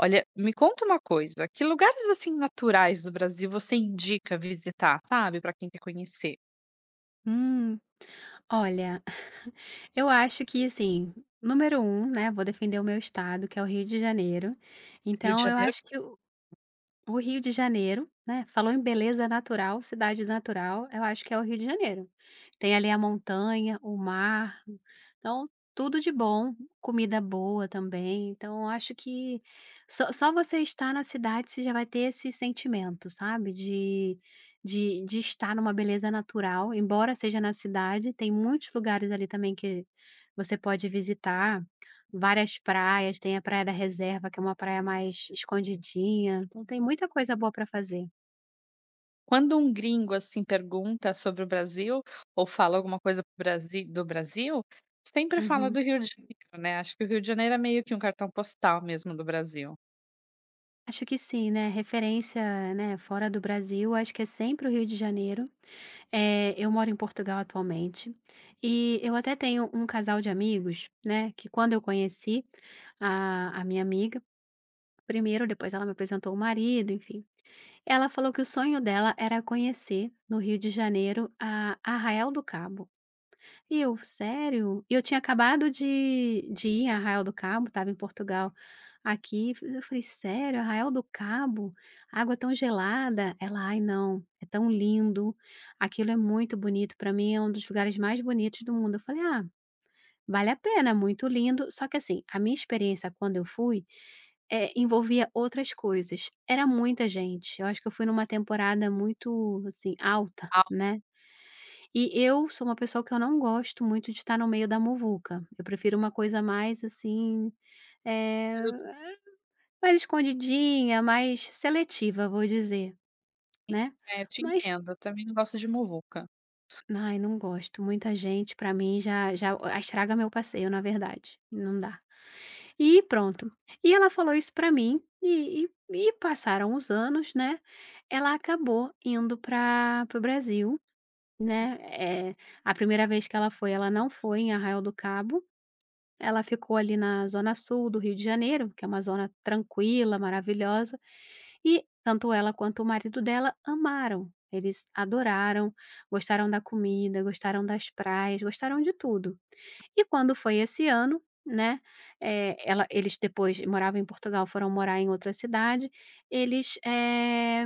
Olha, me conta uma coisa, que lugares, assim, naturais do Brasil você indica visitar, sabe, para quem quer conhecer? Hum, olha, eu acho que assim, número um, né, vou defender o meu estado, que é o Rio de Janeiro. Rio de Então eu Janeiro, acho que o Rio de Janeiro, né, falou em beleza natural, cidade natural, eu acho que é o Rio de Janeiro. Tem ali a montanha, o mar, então tudo de bom, comida boa também, então eu acho que só você estar na cidade você já vai ter esse sentimento, sabe, de estar numa beleza natural, embora seja na cidade, tem muitos lugares ali também que você pode visitar. Várias praias, tem a Praia da Reserva, que é uma praia mais escondidinha, então tem muita coisa boa para fazer. quando um gringo, assim, pergunta sobre o Brasil ou fala alguma coisa para Brasi do Brasil, sempre fala Uhum. do Rio de Janeiro, né, acho que o Rio de Janeiro é meio que um cartão postal mesmo do Brasil. Acho que sim, né, referência, né, fora do Brasil, acho que é sempre o Rio de Janeiro. Eu moro em Portugal atualmente, e eu até tenho um casal de amigos, né, que quando eu conheci a minha amiga, primeiro, depois ela me apresentou o marido, enfim. Ela falou que o sonho dela era conhecer, no Rio de Janeiro, a Arraial do Cabo. E eu: "Sério?" E eu tinha acabado de ir a Arraial do Cabo, estava em Portugal, aqui, eu falei: "Sério? Arraial do Cabo? Água tão gelada?" Ela: "Ai, não, é tão lindo, aquilo é muito bonito, para mim é um dos lugares mais bonitos do mundo." Eu falei: "Ah, vale a pena, é muito lindo." Só que assim, a minha experiência quando eu fui, envolvia outras coisas, era muita gente, eu acho que eu fui numa temporada muito, assim, alta, Ah, né. E eu sou uma pessoa que eu não gosto muito de estar no meio da muvuca, eu prefiro uma coisa mais, assim, mas eh, eu mais escondidinha, mais seletiva, vou dizer, também, né. é, te Mas entendo, eu também não gosto de muvuca. ai, não gosto, muita gente pra mim já já estraga meu passeio, na verdade, não dá. E pronto, e ela falou isso pra mim e passaram os anos, né, ela acabou indo pra para o Brasil, né, eh, a primeira vez que ela foi, ela não foi em Arraial do Cabo. Ela ficou ali na zona sul do Rio de Janeiro, que é uma zona tranquila, maravilhosa, e tanto ela quanto o marido dela amaram. Eles adoraram, gostaram da comida, gostaram das praias, gostaram de tudo. E quando foi esse ano, né, eh, ela eles depois moravam em Portugal, foram morar em outra cidade, eles,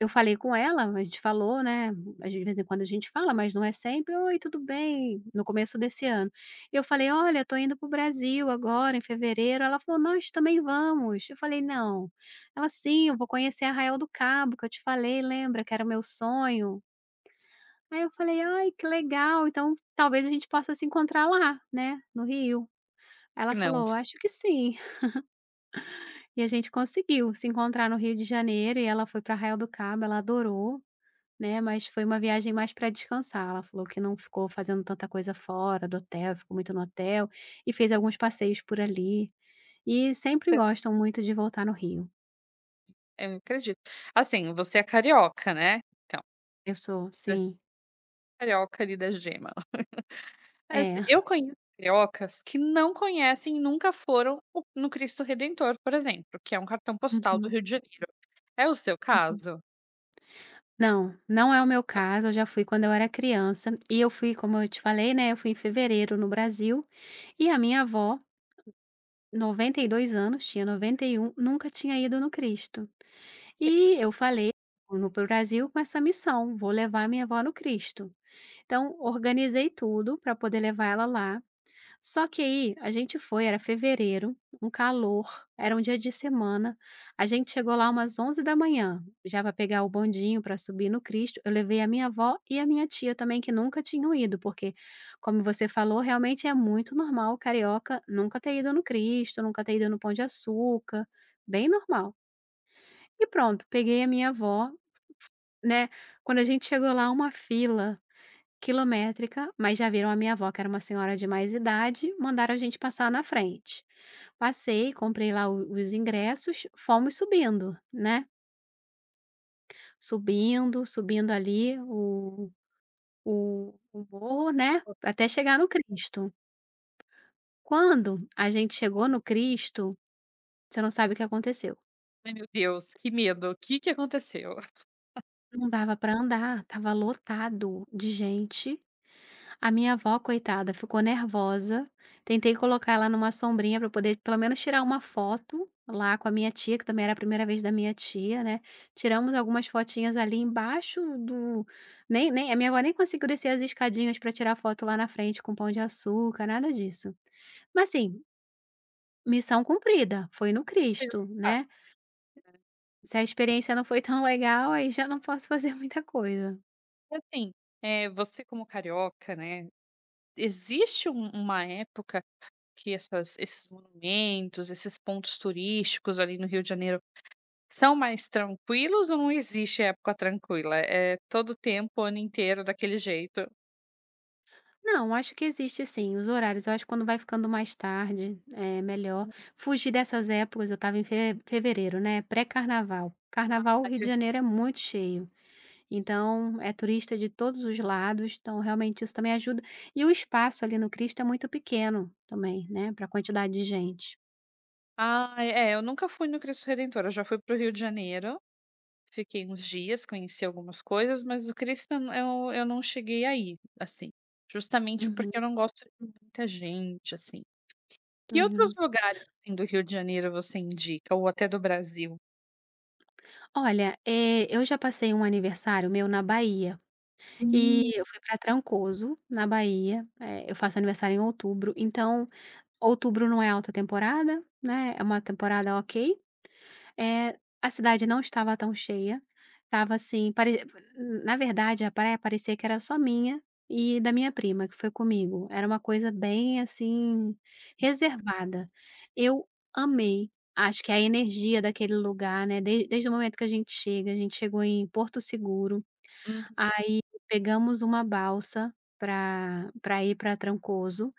eu falei com ela, a gente falou, né, às de vez em quando a gente fala, mas não é sempre: "Oi, tudo bem?", no começo desse ano. Eu falei: "Olha, tô indo para o Brasil agora em fevereiro". Ela falou: "Nós também vamos". Eu falei: "Não". Ela: "Sim, eu vou conhecer Arraial do Cabo que eu te falei, lembra que era o meu sonho?". Aí eu falei: "Ai, que legal, então talvez a gente possa se encontrar lá, né, no Rio". Ela Não, falou: "Acho que sim". E a gente conseguiu se encontrar no Rio de Janeiro e ela foi pra Arraial do Cabo, ela adorou, né, mas foi uma viagem mais para descansar. Ela falou que não ficou fazendo tanta coisa fora do hotel, ficou muito no hotel e fez alguns passeios por ali. E sempre gostam muito de voltar no Rio. eu acredito. Assim, você é carioca, né, então, Eu sou, você é sim. carioca ali da gema. Mas É. eu conheço cariocas que não conhecem, nunca foram o no Cristo Redentor, por exemplo, que é um cartão postal do Uhum, Rio de Janeiro. É o seu uhum. caso? Não, não é o meu caso, eu já fui quando eu era criança e eu fui, como eu te falei, né, eu fui em fevereiro no Brasil e a minha avó, 92 anos, tinha 91, nunca tinha ido no Cristo. É. E eu falei: "Vou para o Brasil com essa missão, vou levar minha avó no Cristo". Então, organizei tudo para poder levar ela lá, só que aí a gente foi, era fevereiro, um calor, era um dia de semana. A gente chegou lá umas 11 da manhã, já para pegar o bondinho para subir no Cristo. Eu levei a minha avó e a minha tia também, que nunca tinham ido, porque, como você falou, realmente é muito normal o carioca nunca ter ido no Cristo, nunca ter ido no Pão de Açúcar, bem normal. E pronto, peguei a minha avó, né? Quando a gente chegou lá, uma fila quilométrica, mas já viram a minha avó, que era uma senhora de mais idade, mandaram a gente passar na frente. Passei, comprei lá o os ingressos, fomos subindo, né, subindo, subindo ali o morro, né, até chegar no Cristo. Quando a gente chegou no Cristo, você não sabe o que aconteceu. Ai meu Deus, que medo, o que que aconteceu? Não dava para andar, estava lotado de gente. A minha avó, coitada, ficou nervosa. Tentei colocar ela numa sombrinha para poder, pelo menos, tirar uma foto lá com a minha tia, que também era a primeira vez da minha tia, né. Tiramos algumas fotinhas ali embaixo do. Nem a minha avó nem conseguiu descer as escadinhas para tirar foto lá na frente com pão de açúcar, nada disso. Mas assim, missão cumprida, foi no Cristo, Tá, né. Se a experiência não foi tão legal, aí já não posso fazer muita coisa. assim, você como carioca, né, existe uma época que essas esses monumentos, esses pontos turísticos ali no Rio de Janeiro são mais tranquilos ou não existe época tranquila? É todo tempo, o ano inteiro daquele jeito? Não, acho que existe, sim, os horários. Eu acho que quando vai ficando mais tarde, é melhor. Fugir dessas épocas, eu estava em fe fevereiro, né, pré-carnaval. Carnaval, o Rio de Janeiro é muito cheio, então é turista de todos os lados, então realmente isso também ajuda. E o espaço ali no Cristo é muito pequeno também, né, para a quantidade de gente. Ah, é, eu nunca fui no Cristo Redentor, eu já fui para o Rio de Janeiro, fiquei uns dias, conheci algumas coisas, mas o Cristo eu não cheguei a ir, assim, justamente Uhum, porque eu não gosto de muita gente, assim. Que outros uhum. lugares, assim, do Rio de Janeiro você indica, ou até do Brasil? Olha, eu já passei um aniversário meu na Bahia, e Hum, eu fui para Trancoso, na Bahia, eu faço aniversário em outubro, então outubro não é alta temporada, né, é uma temporada ok. Eh, a cidade não estava tão cheia, estava assim, pare na verdade, a praia parecia que era só minha e da minha prima que foi comigo. Era uma coisa bem, assim, reservada. Eu amei, acho que a energia daquele lugar, né, de desde o momento que a gente chega, a gente chegou em Porto Seguro. hum, Aí pegamos uma balsa pra ir para Trancoso,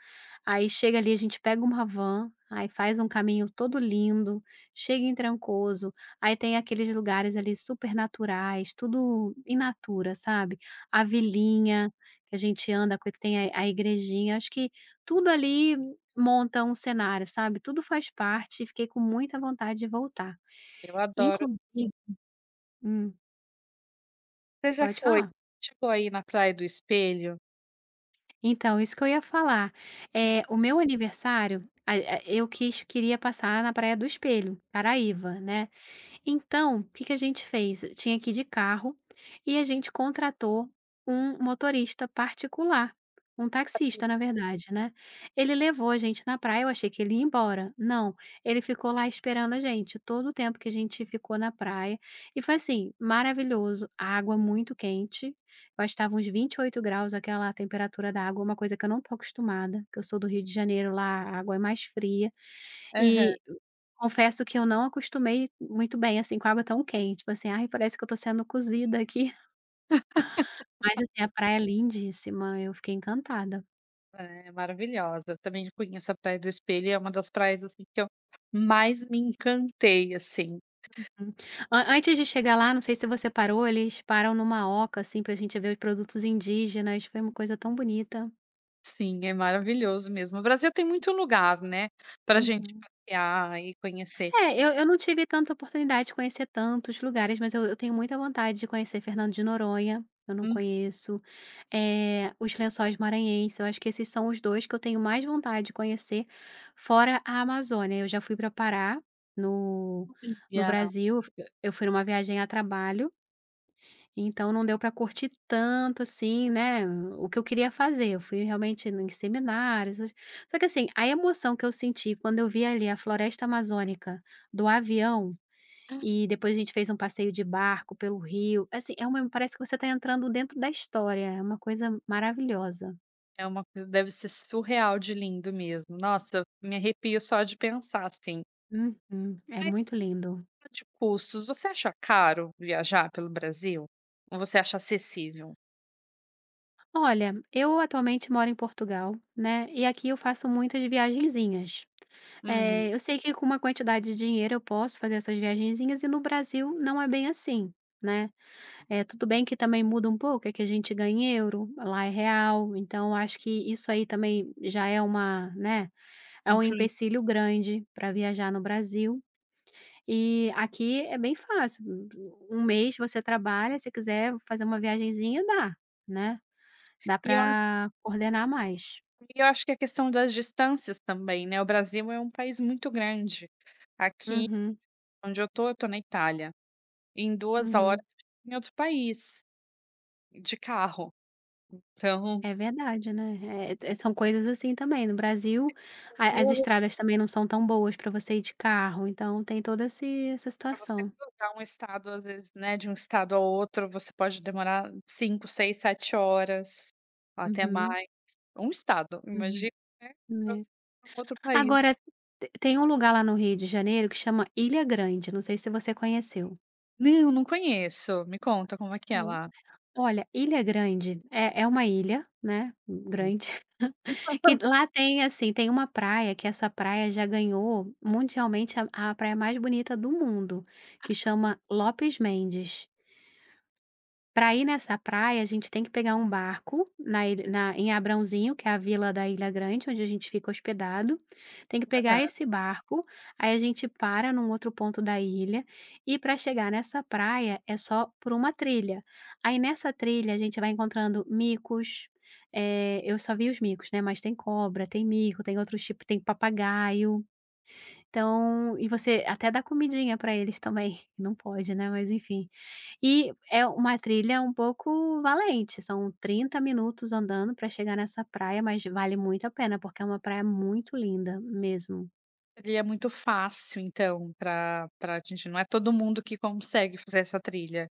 aí chega ali, a gente pega uma van, aí faz um caminho todo lindo, chega em Trancoso, aí tem aqueles lugares ali super naturais, tudo in natura, sabe. A vilinha que a gente anda, que tem a igrejinha, acho que tudo ali monta um cenário, sabe, tudo faz parte e fiquei com muita vontade de voltar. eu adoro. Inclusive. Hum, Você já pode foi? falar. Chegou aí na Praia do Espelho? Então, isso que eu ia falar. É o meu aniversário, a eu quis queria passar na Praia do Espelho, Caraíva, né. Então, o que que a gente fez? Tinha que ir de carro e a gente contratou um motorista particular, um taxista, na verdade, né. Ele levou a gente na praia, eu achei que ele ia embora, não, ele ficou lá esperando a gente todo o tempo que a gente ficou na praia e foi, assim, maravilhoso, a água muito quente, eu acho que estava uns 28, aquela temperatura da água, uma coisa que eu não tô acostumada, que eu sou do Rio de Janeiro, lá a água é mais fria, Aham, e confesso que eu não acostumei muito bem, assim, com água tão quente, tipo assim: "Ai, parece que eu tô sendo cozida aqui". Mas, assim, a praia é lindíssima, eu fiquei encantada. é maravilhosa, eu também conheço a Praia do Espelho, é uma das praias, assim, que eu mais me encantei, assim. Uhum. An antes de chegar lá, não sei se você parou, eles param numa oca, assim, pra gente ver os produtos indígenas, foi uma coisa tão bonita. Sim, é maravilhoso mesmo. O Brasil tem muito lugar, né, pra gente Uhum. passear e conhecer. É, eu não tive tanta oportunidade de conhecer tantos lugares, mas eu tenho muita vontade de conhecer Fernando de Noronha, eu não conheço, os Lençóis Maranhenses, eu acho que esses são os 2 que eu tenho mais vontade de conhecer, fora a Amazônia. Eu já fui para Pará, no no Namíbia Brasil, eu fui numa viagem a trabalho, então não deu para curtir tanto assim, né, o que eu queria fazer. Eu fui realmente em seminários, essas, só que assim, a emoção que eu senti quando eu vi ali a floresta amazônica do avião, e depois a gente fez um passeio de barco pelo rio, assim, é uma, parece que você está entrando dentro da história, é uma coisa maravilhosa. é uma coisa, deve ser surreal de lindo mesmo. Nossa, me arrepio só de pensar, assim. Uhum, é Mas muito lindo. de custos, você acha caro viajar pelo Brasil? Ou você acha acessível? Olha, eu atualmente moro em Portugal, né, e aqui eu faço muitas viagenzinhas. Uhum, É, eu sei que com uma quantidade de dinheiro eu posso fazer essas viagenzinhas e no Brasil não é bem assim, né. É tudo bem que também muda um pouco, é que a gente ganha em euro, lá é real, então eu acho que isso aí também já é uma, né, é um influi empecilho grande para viajar no Brasil. E aqui é bem fácil, um mês você trabalha, se quiser fazer uma viagenzinha dá, né, dá e eu acho para coordenar mais. e eu acho que a questão das distâncias também, né, o Brasil é um país muito grande. Aqui Uhum, onde eu tô na Itália. Em duas horas uhum. eu chego em outro país. De carro. Então, É verdade, né. São coisas assim também, no Brasil a as estradas também não são tão boas para você ir de carro, então tem toda esse essa para você situação. cruzar um estado, às vezes, né, de um estado ao outro, você pode demorar 5, 6, 7 horas, até Uhum, mais. Um estado, uhum. imagina, né, pra Né. você ir pra um outro país. Agora, te tem um lugar lá no Rio de Janeiro que chama Ilha Grande, não sei se você conheceu. Não, não conheço. Me conta como é que é Então, lá? olha, Ilha Grande é uma ilha, né, Hum. grande, que lá tem, assim, tem uma praia que essa praia já ganhou mundialmente a praia mais bonita do mundo, que chama Lopes Mendes. Para ir nessa praia, a gente tem que pegar um barco na em Abrãozinho, que é a vila da Ilha Grande, onde a gente fica hospedado. Tem que pegar Aham. esse barco, aí a gente para num outro ponto da ilha, e para chegar nessa praia é só por uma trilha. Aí nessa trilha a gente vai encontrando micos, eu só vi os micos, né, mas tem cobra, tem mico, tem outros tipo tem papagaio. Então e você até dá comidinha para eles também, não pode, né, mas enfim. E é uma trilha um pouco valente, são 30 minutos andando para chegar nessa praia, mas vale muito a pena, porque é uma praia muito linda mesmo. Seria muito fácil, então, para pra gente não é todo mundo que consegue fazer essa trilha.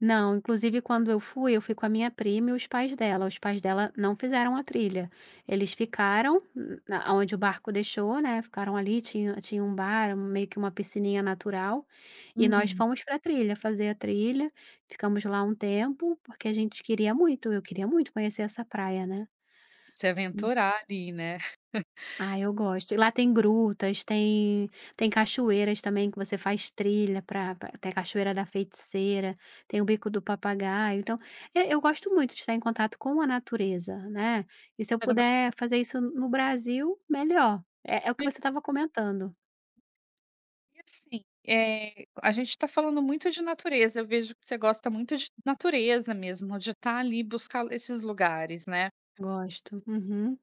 Não, inclusive quando eu fui com a minha prima e os pais dela. Os pais dela não fizeram a trilha. Eles ficaram onde o barco deixou, né? Ficaram ali, tinha um bar, meio que uma piscininha natural. E nós Uhum. fomos para a trilha, fazer a trilha. Ficamos lá um tempo, porque a gente queria muito, eu queria muito conhecer essa praia, né? Se aventurar ali, né? Ah, eu gosto. E lá tem grutas, tem cachoeiras também que você faz trilha para até a Cachoeira da Feiticeira, tem o Bico do Papagaio, então, e eu gosto muito de estar em contato com a natureza, né, e se eu puder fazer isso no Brasil, melhor. É o que você estava comentando. E assim, a gente está falando muito de natureza, eu vejo que você gosta muito de natureza mesmo, de estar ali, buscar esses lugares, né. Gosto. Uhum.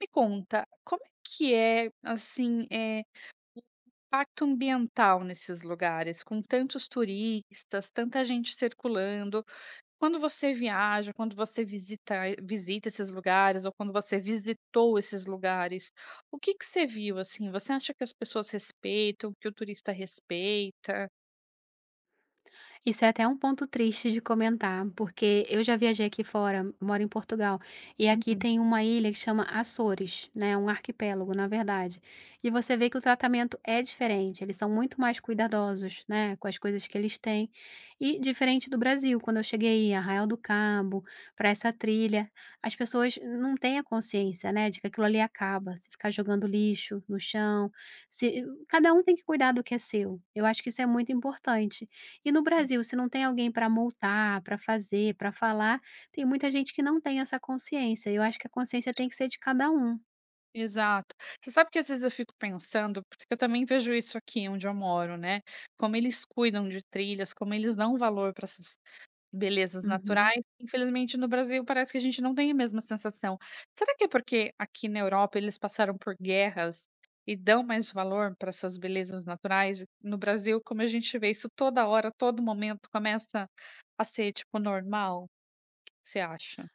Me conta, como é que é, assim, é impacto ambiental nesses lugares, com tantos turistas, tanta gente circulando, quando você viaja, quando você visita esses lugares ou quando você visitou esses lugares, o que que você viu, assim? Você acha que as pessoas respeitam, que o turista respeita? Isso é até um ponto triste de comentar, porque eu já viajei aqui fora, moro em Portugal, e aqui Uhum. tem uma ilha que chama Açores, né? Um arquipélago, na verdade. E você vê que o tratamento é diferente, eles são muito mais cuidadosos, né? Com as coisas que eles têm. E diferente do Brasil, quando eu cheguei a Arraial do Cabo, para essa trilha, as pessoas não têm a consciência, né? De que aquilo ali acaba, se ficar jogando lixo no chão, se... cada um tem que cuidar do que é seu. Eu acho que isso é muito importante. E no Brasil, se não tem alguém para multar, para fazer, para falar, tem muita gente que não tem essa consciência, eu acho que a consciência tem que ser de cada um. Exato. Você sabe que às vezes eu fico pensando, porque eu também vejo isso aqui onde eu moro, né, como eles cuidam de trilhas, como eles dão valor para essas belezas Uhum. naturais, infelizmente no Brasil parece que a gente não tem a mesma sensação. Será que é porque aqui na Europa eles passaram por guerras e dão mais valor para essas belezas naturais? No Brasil, como a gente vê isso toda hora, todo momento, começa a ser, tipo, normal? Você acha?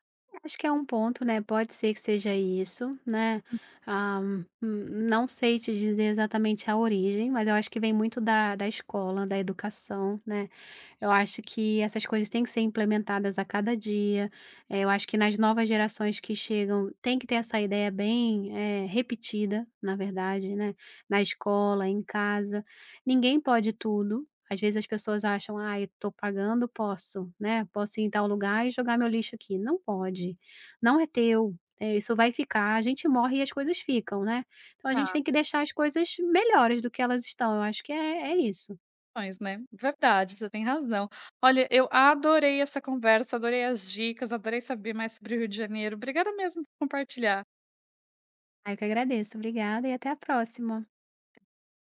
Acho que é um ponto, né, pode ser que seja isso, né, não sei te dizer exatamente a origem, mas eu acho que vem muito da escola, da educação, né. Eu acho que essas coisas têm que ser implementadas a cada dia, eu acho que nas novas gerações que chegam tem que ter essa ideia bem, repetida, na verdade, né, na escola, em casa. Ninguém pode tudo, às vezes as pessoas acham: ah eu tô pagando, posso, né, posso ir em tal lugar e jogar meu lixo aqui". Não pode, não é teu, isso vai ficar. A gente morre e as coisas ficam, né. Então a gente tem que deixar as coisas melhores do que elas estão, eu acho que é isso. Mas, né, verdade, você tem razão. Olha, eu adorei essa conversa, adorei as dicas, adorei saber mais sobre o Rio de Janeiro. Obrigada mesmo por compartilhar. Ah, eu que agradeço, obrigada e até a próxima.